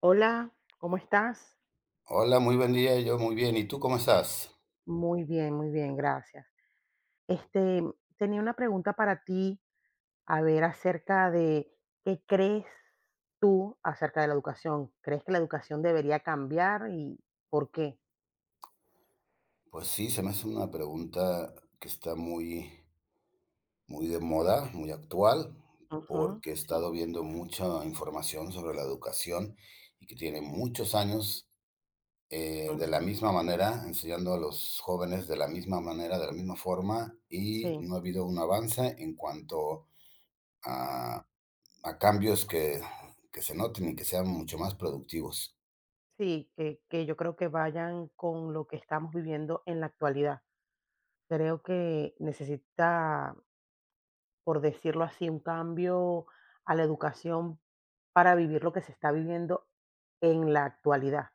Hola, ¿cómo estás? Hola, muy buen día, yo muy bien. ¿Y tú cómo estás? Muy bien, gracias. Este, tenía una pregunta para ti, a ver, acerca de qué crees tú acerca de la educación. ¿Crees que la educación debería cambiar y por qué? Pues sí, se me hace una pregunta que está muy, muy de moda, muy actual, Ujú, porque he sí, estado viendo mucha información sobre la educación y que tiene muchos años, de la ujú, misma manera, enseñando a los jóvenes de la misma manera, de la misma forma, y sí, no ha habido un avance en cuanto a, a cambios que se noten y que sean mucho más productivos. sí, que yo creo que vayan con lo que estamos viviendo en la actualidad. Creo que necesita, por decirlo así, un cambio a la educación para vivir lo que se está viviendo en la actualidad,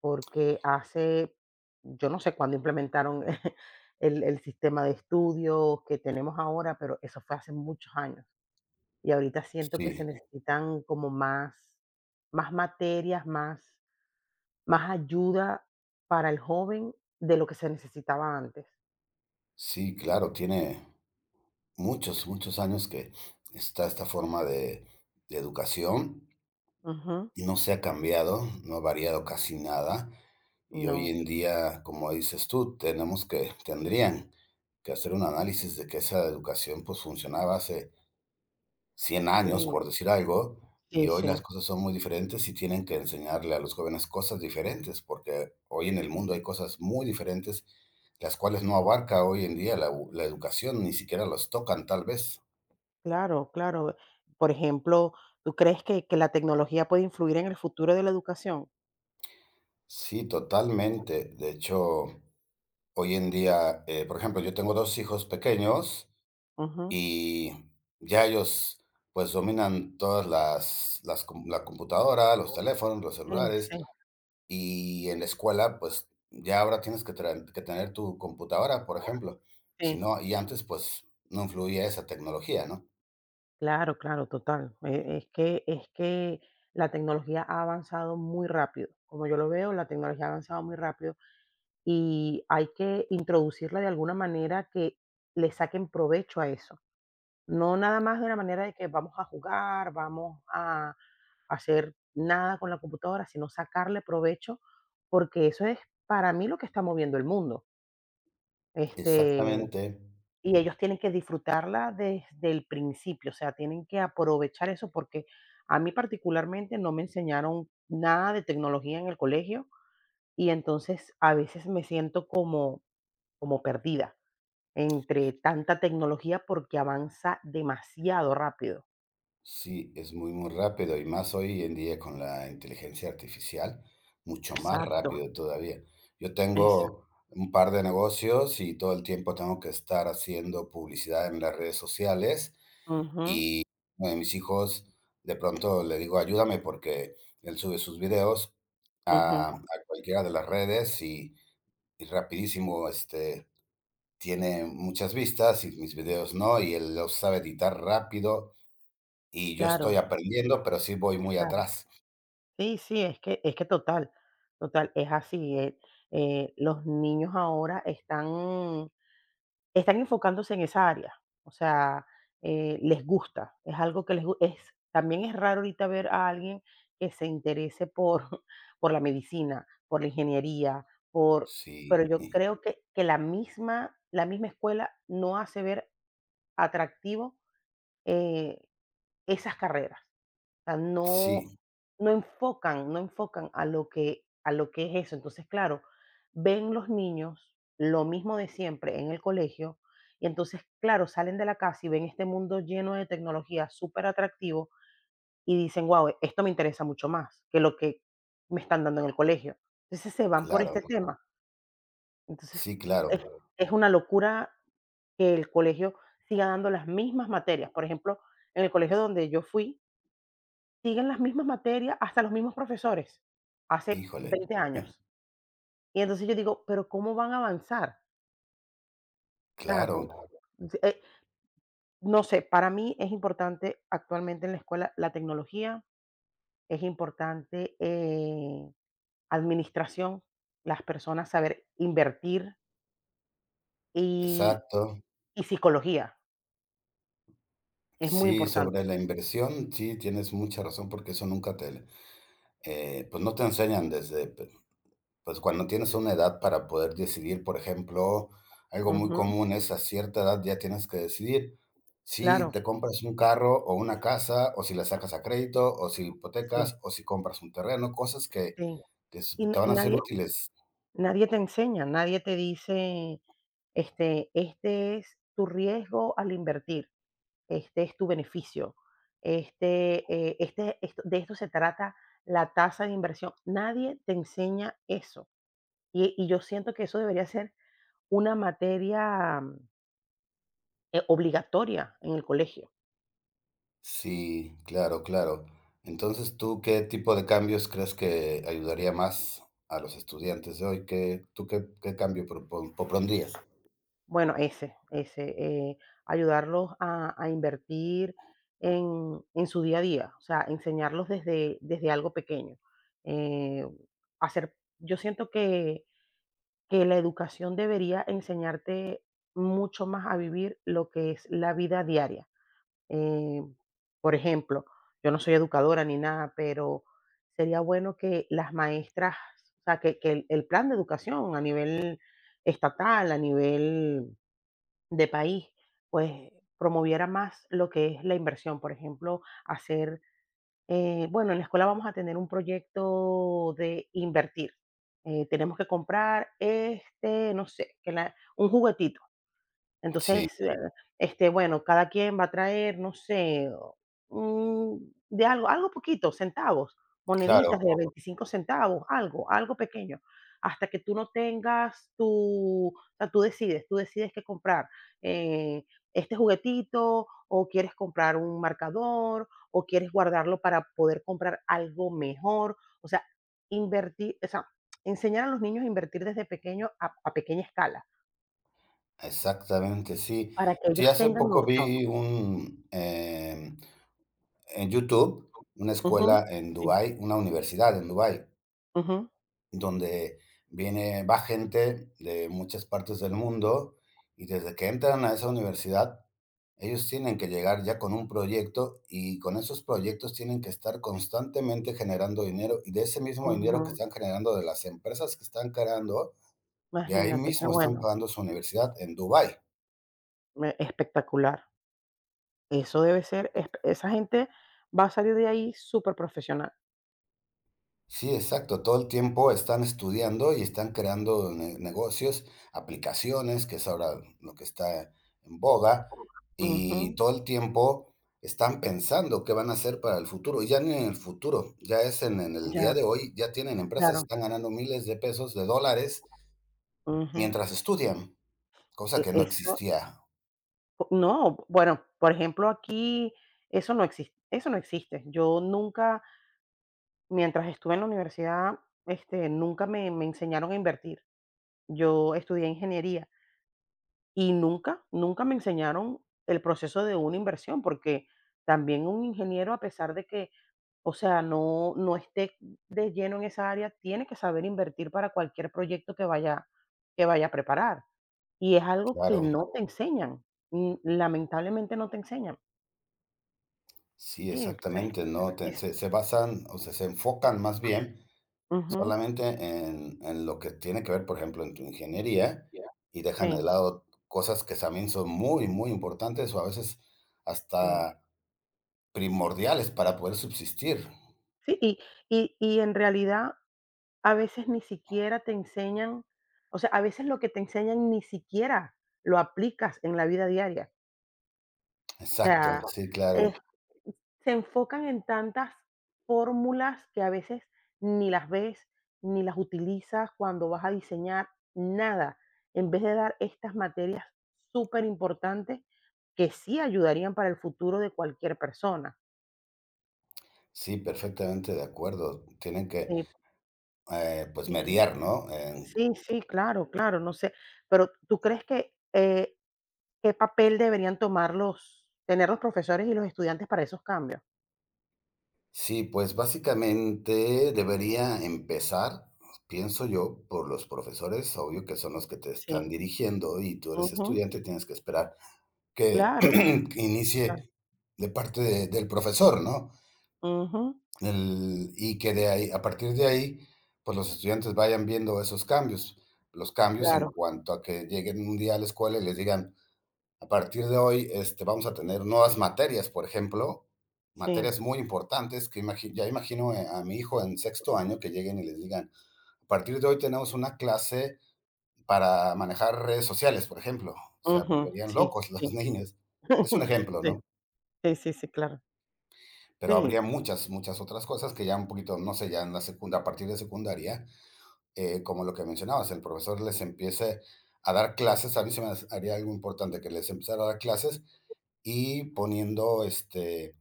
porque yo no sé cuándo implementaron el sistema de estudios que tenemos ahora, pero eso fue hace muchos años. Y ahorita siento que se Sí, necesitan como más materias, más ayuda para el joven de lo que se necesitaba antes. sí, claro, tiene muchos, muchos años que está esta forma de educación. Ujú, No se ha cambiado, no ha variado casi nada. Y hoy no. en día, como dices tú, tendrían que hacer un análisis de que esa educación pues funcionaba hace 100 años, No, por decir algo, sí, y hoy sí. las cosas son muy diferentes y tienen que enseñarle a los jóvenes cosas diferentes, porque hoy en el mundo hay cosas muy diferentes, las cuales no abarca hoy en día la educación, ni siquiera los tocan tal vez. Claro, claro. Por ejemplo, ¿tú crees que la tecnología puede influir en el futuro de la educación? Sí, totalmente. De hecho, hoy en día, por ejemplo, yo tengo dos hijos pequeños Ujú. y ya ellos pues dominan todas la computadora, los teléfonos, los Sí, celulares sí, y en la escuela pues ya ahora tienes que tener tu computadora, por ejemplo. Si sí. no, y antes pues no influía esa tecnología, ¿no? Claro, claro, total. Es que la tecnología ha avanzado muy rápido. Como yo lo veo, la tecnología ha avanzado muy rápido y hay que introducirla de alguna manera que le saquen provecho a eso. No nada más de una manera de que vamos a jugar, vamos a hacer nada con la computadora, sino sacarle provecho, porque eso es para mí lo que está moviendo el mundo. Este, Exactamente. y ellos tienen que disfrutarla desde el principio, o sea, tienen que aprovechar eso porque a mí particularmente no me enseñaron nada de tecnología en el colegio y entonces a veces me siento como, como perdida entre tanta tecnología porque avanza demasiado rápido. Sí, es muy, muy rápido y más hoy en día con la inteligencia artificial, mucho más Exacto. rápido todavía. Yo Eso, tengo un par de negocios y todo el tiempo tengo que estar haciendo publicidad en las redes sociales. ujú, Uno de mis hijos, de pronto le digo, ayúdame porque él sube sus videos ujú, a cualquiera de las redes y rapidísimo, tiene muchas vistas y mis videos no, y él los sabe editar rápido y yo estoy claro, aprendiendo, pero sí voy muy claro. atrás. Sí, sí, es que total, total, es así, los niños ahora están enfocándose en esa área, o sea, les gusta, es algo que les gu es también es raro ahorita ver a alguien que se interese por por la medicina, por la ingeniería, por Sí, pero yo creo que la misma escuela no hace ver atractivo, eh, esas carreras. Sea, no, sí, no enfocan a lo que es eso. Entonces, claro, ven los niños lo mismo de siempre en el colegio y entonces, claro, salen de la casa y ven este mundo lleno de tecnología súper atractivo y dicen, wow, esto me interesa mucho más que lo que me están dando en el colegio. Entonces se van por claro, este tema. Entonces, sí, claro. es, es una locura que el colegio siga dando las mismas materias. Por ejemplo, en el colegio donde yo fui, siguen las mismas materias, hasta los mismos profesores, hace Híjole, 20 años. Y entonces yo digo, pero ¿cómo van a avanzar? O sea, co claro, eh, no sé, para mí es importante actualmente en la escuela la tecnología, es importante, administración, las personas saber invertir y exacto. y psicología, es muy Sí, importante. sobre la inversión, sí, tienes mucha razón porque eso nunca pues no te enseñan pues cuando tienes una edad para poder decidir, por ejemplo, algo muy Ujú, común es a cierta edad ya tienes que decidir si claro, te compras un carro o una casa, o si la sacas a crédito, o si sí, hipotecas, o si compras un terreno, cosas que, sí. que s- Y te n- y van a ser nadie útiles. Nadie te enseña, nadie te dice, este es tu riesgo al invertir, este es tu beneficio, este, de esto se trata la tasa de inversión. Nadie te enseña eso. Y yo siento que eso debería ser una materia obligatoria en el colegio. Sí, claro, claro. Entonces, ¿tú qué tipo de cambios crees que ayudaría más a los estudiantes de hoy? ¿Qué, tú qué, qué cambio propondrías? Bueno, ayudarlos a invertir en su día a día, o sea, enseñarlos desde algo pequeño. Eh, hacer Yo siento que la educación debería enseñarte mucho más a vivir lo que es la vida diaria. Eh, por ejemplo, yo no soy educadora ni nada, pero sería bueno que las maestras, o sea, que el plan de educación a nivel estatal, a nivel de país, pues promoviera más lo que es la inversión. Por ejemplo, bueno, en la escuela vamos a tener un proyecto de invertir. Tenemos que comprar este, no sé, un juguetito Sí, entonces, bueno, cada quien va a traer, no sé, mm, de algo, algo poquito, centavos, moneditas claro, de 25 centavos, algo, algo pequeño, hasta que tú no tengas tu, o sea, tú decides qué comprar, eh, este juguetito o quieres comprar un marcador o quieres guardarlo para poder comprar algo mejor, o sea, invertir, o sea, enseñar a los niños a invertir desde pequeño a pequeña escala exactamente, sí. para que Sí, ellos hace tengan poco noción. vi en YouTube una Ujú, escuela en sí, Dubái, una universidad en Dubái, ujú, donde viene va gente de muchas partes del mundo, y desde que entran a esa universidad, ellos tienen que llegar ya con un proyecto, y con esos proyectos tienen que estar constantemente generando dinero, y de ese mismo dinero que ujú. están generando de las empresas que están creando, de ahí Imagínate, qué mismo están bueno, pagando su universidad en Dubái. me espectacular. Eso debe ser espe esa gente va a salir de ahí súper profesional. Sí, exacto. Todo el tiempo están estudiando y están creando negocios, aplicaciones, que es ahora lo que está en boga, Ujú, y todo el tiempo están pensando qué van a hacer para el futuro. Y ya ni en el futuro, ya es en el día ya, de hoy, ya tienen empresas, claro, están ganando miles de pesos, de dólares, ujú. mientras estudian, E cosa que no eso existía. no, bueno, por ejemplo, aquí eso no existe. Yo nunca, mientras estuve en la universidad, este, nunca me enseñaron a invertir. Yo estudié ingeniería. Y nunca, nunca me enseñaron el proceso de una inversión, porque también un ingeniero, a pesar de que, o sea, no esté de lleno en esa área, tiene que saber invertir para cualquier proyecto que vaya a preparar. Y es algo que Claro, no te enseñan. Lamentablemente no te enseñan. sí, Sí, entonces, exactamente, ¿no? Te- es, se, se basan, o sea, se enfocan más bien ujú, solamente en lo que tiene que ver, por ejemplo, en tu ingeniería, y dejan de sí, lado cosas que también son muy, muy importantes o a veces sí. hasta primordiales para poder subsistir. Sí, y en realidad, a veces ni siquiera te enseñan, o sea, a veces lo que te enseñan ni siquiera lo aplicas en la vida diaria. O Exacto, sea, sí, eh, claro. se enfocan en tantas fórmulas que a veces ni las ves, ni las utilizas cuando vas a diseñar, nada, en vez de dar estas materias súper importantes que sí ayudarían para el futuro de cualquier persona. Sí, perfectamente de acuerdo. Tienen que, Sí. Pues, Sí, mediar, ¿no? Sí, sí, claro, claro, no sé, pero ¿tú crees que, qué papel deberían tomar los tener los profesores y los estudiantes para esos cambios? Sí, pues, básicamente debería empezar, pienso yo, por los profesores, obvio que son los que te están Sí, dirigiendo y tú eres ujú, estudiante, tienes que esperar que claro, que total, inicie de parte del profesor, ¿no? ujú, Y que de ahí, a partir de ahí, pues los estudiantes vayan viendo esos cambios, los cambios claro, en cuanto a que lleguen un día a la escuela y les digan, a partir de hoy, vamos a tener nuevas materias, por ejemplo, sí, materias muy importantes que ya imagino a mi hijo en sexto año que lleguen y les digan, a partir de hoy tenemos una clase para manejar redes sociales, por ejemplo. O sea, ujú, volverían sí, locos sí, los niños. Es un ejemplo, sí, ¿no? sí, sí, sí, claro, Pero sí, habría muchas, muchas otras cosas que ya un poquito, no sé, a partir de secundaria, como lo que mencionabas, el profesor les empiece a dar clases, a mí se me haría algo importante que les empezara a dar clases y poniendo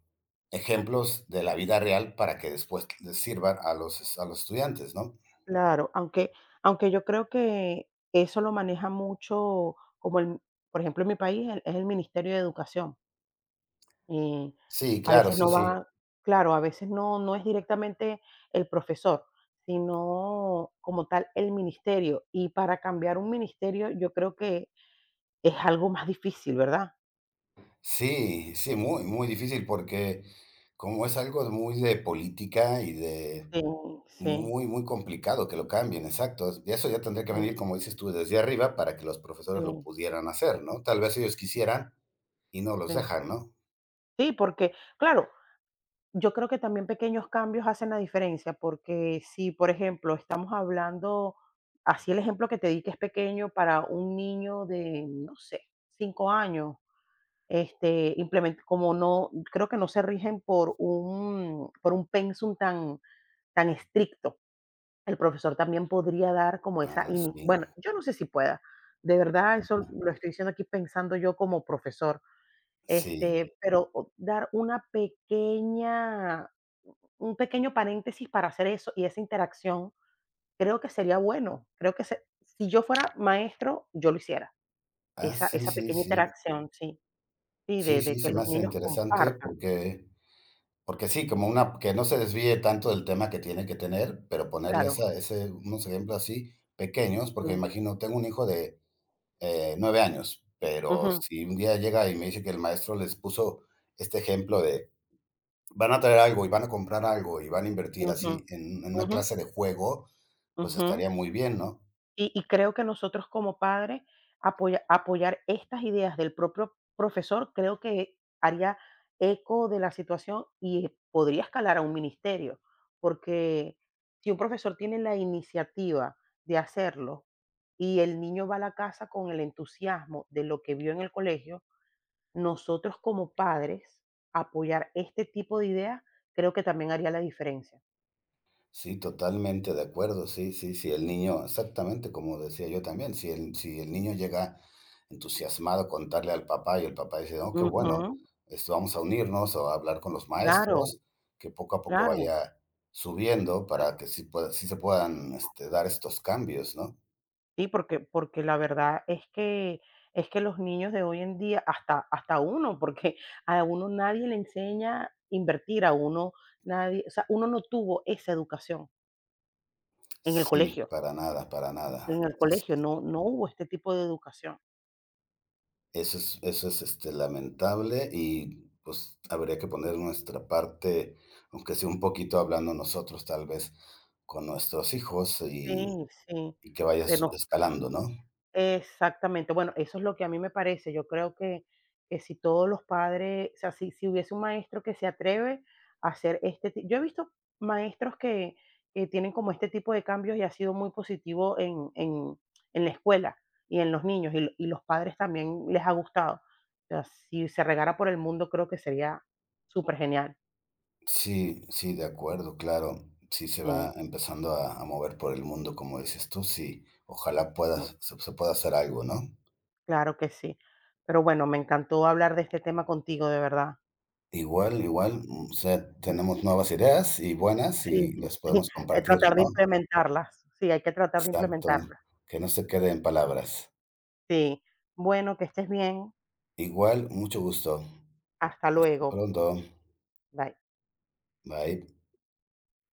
ejemplos de la vida real para que después les sirvan a los estudiantes, ¿no? claro, aunque yo creo que eso lo maneja mucho como el, por ejemplo, en mi país, el es el Ministerio de Educación. Y Sí, a claro, veces sí, no sí. va, claro, a veces no es directamente el profesor, sino como tal el ministerio. Y para cambiar un ministerio, yo creo que es algo más difícil, ¿verdad? Sí, sí, muy, muy difícil porque como es algo de muy de política y de Sí, sí, muy, muy complicado que lo cambien, exacto. Eso ya tendría que sí, venir, como dices tú, desde arriba para que los sí, profesores lo pudieran hacer, ¿no? Tal vez ellos quisieran y no los sí. dejan, ¿no? Sí, porque, claro, yo creo que también pequeños cambios hacen la diferencia, porque si, por ejemplo, estamos hablando, así el ejemplo que te di que es pequeño para un niño de, no sé, 5 años. Este, implemen Como no creo que no se rigen por un pensum tan estricto. El profesor también podría dar como esa Ah, ini sí. bueno, yo no sé si pueda. De verdad, eso lo estoy diciendo aquí pensando yo como profesor, Sí. este, pero o dar una pequeña un pequeño paréntesis para hacer eso y esa interacción, creo que sería bueno. Creo que se si yo fuera maestro, yo lo hiciera. Ah, Esa sí, esa sí, pequeña sí. interacción, sí, sí, Sí, de sí, que se me los hace niños interesante compartan. porque, porque sí, como una, que no se desvíe tanto del tema que tiene que tener, pero ponerle Claro, esa, ese, unos ejemplos así pequeños, porque mm, imagino, tengo un hijo de 9 años, pero ujú, si un día llega y me dice que el maestro les puso este ejemplo de van a traer algo y van a comprar algo y van a invertir ujú, así en una ujú, clase de juego, pues ujú. estaría muy bien, ¿no? Y creo que nosotros como padres apoyar estas ideas del propio profesor, creo que haría eco de la situación y podría escalar a un ministerio, porque si un profesor tiene la iniciativa de hacerlo y el niño va a la casa con el entusiasmo de lo que vio en el colegio, nosotros como padres apoyar este tipo de ideas creo que también haría la diferencia. Sí, totalmente de acuerdo. Sí, sí, sí, el niño exactamente, como decía yo también, si el niño llega entusiasmado a contarle al papá y el papá dice: "Oh, qué Ujú, bueno, esto vamos a unirnos o a hablar con los claro, maestros", que poco a poco claro. vaya subiendo para que sí se puedan, dar estos cambios, ¿no? Sí, porque la verdad es que los niños de hoy en día, hasta uno, porque a uno nadie le enseña a invertir, a uno nadie, o sea, uno no tuvo esa educación en el Sí, colegio. para nada, para nada. En el colegio no hubo este tipo de educación. Eso es, lamentable y, pues, habría que poner nuestra parte, aunque sea un poquito hablando nosotros, tal vez, con nuestros hijos Sí, sí, y que vaya de su no escalando, ¿no? exactamente. Bueno, eso es lo que a mí me parece. Yo creo que si, todos los padres, o sea, si hubiese un maestro que se atreve a hacer este tipo, yo he visto maestros que tienen como este tipo de cambios y ha sido muy positivo en la escuela y en los niños y, y los padres también les ha gustado. O sea, si se regara por el mundo, creo que sería súper genial. Sí, sí, de acuerdo, claro. Si se Sí, va empezando a mover por el mundo, como dices tú, sí, ojalá sí, puedas se se pueda hacer algo, ¿no? claro que sí. Pero bueno, me encantó hablar de este tema contigo, de verdad. Igual, igual, o sea, tenemos nuevas ideas y buenas Sí, y las podemos compartir, tratar de ¿no? implementarlas. Sí, hay que tratar de Exacto, implementarlas. que no se quede en palabras. Sí. Bueno, que estés bien. Igual, mucho gusto. Hasta Hasta luego. pronto. Bye. Bye.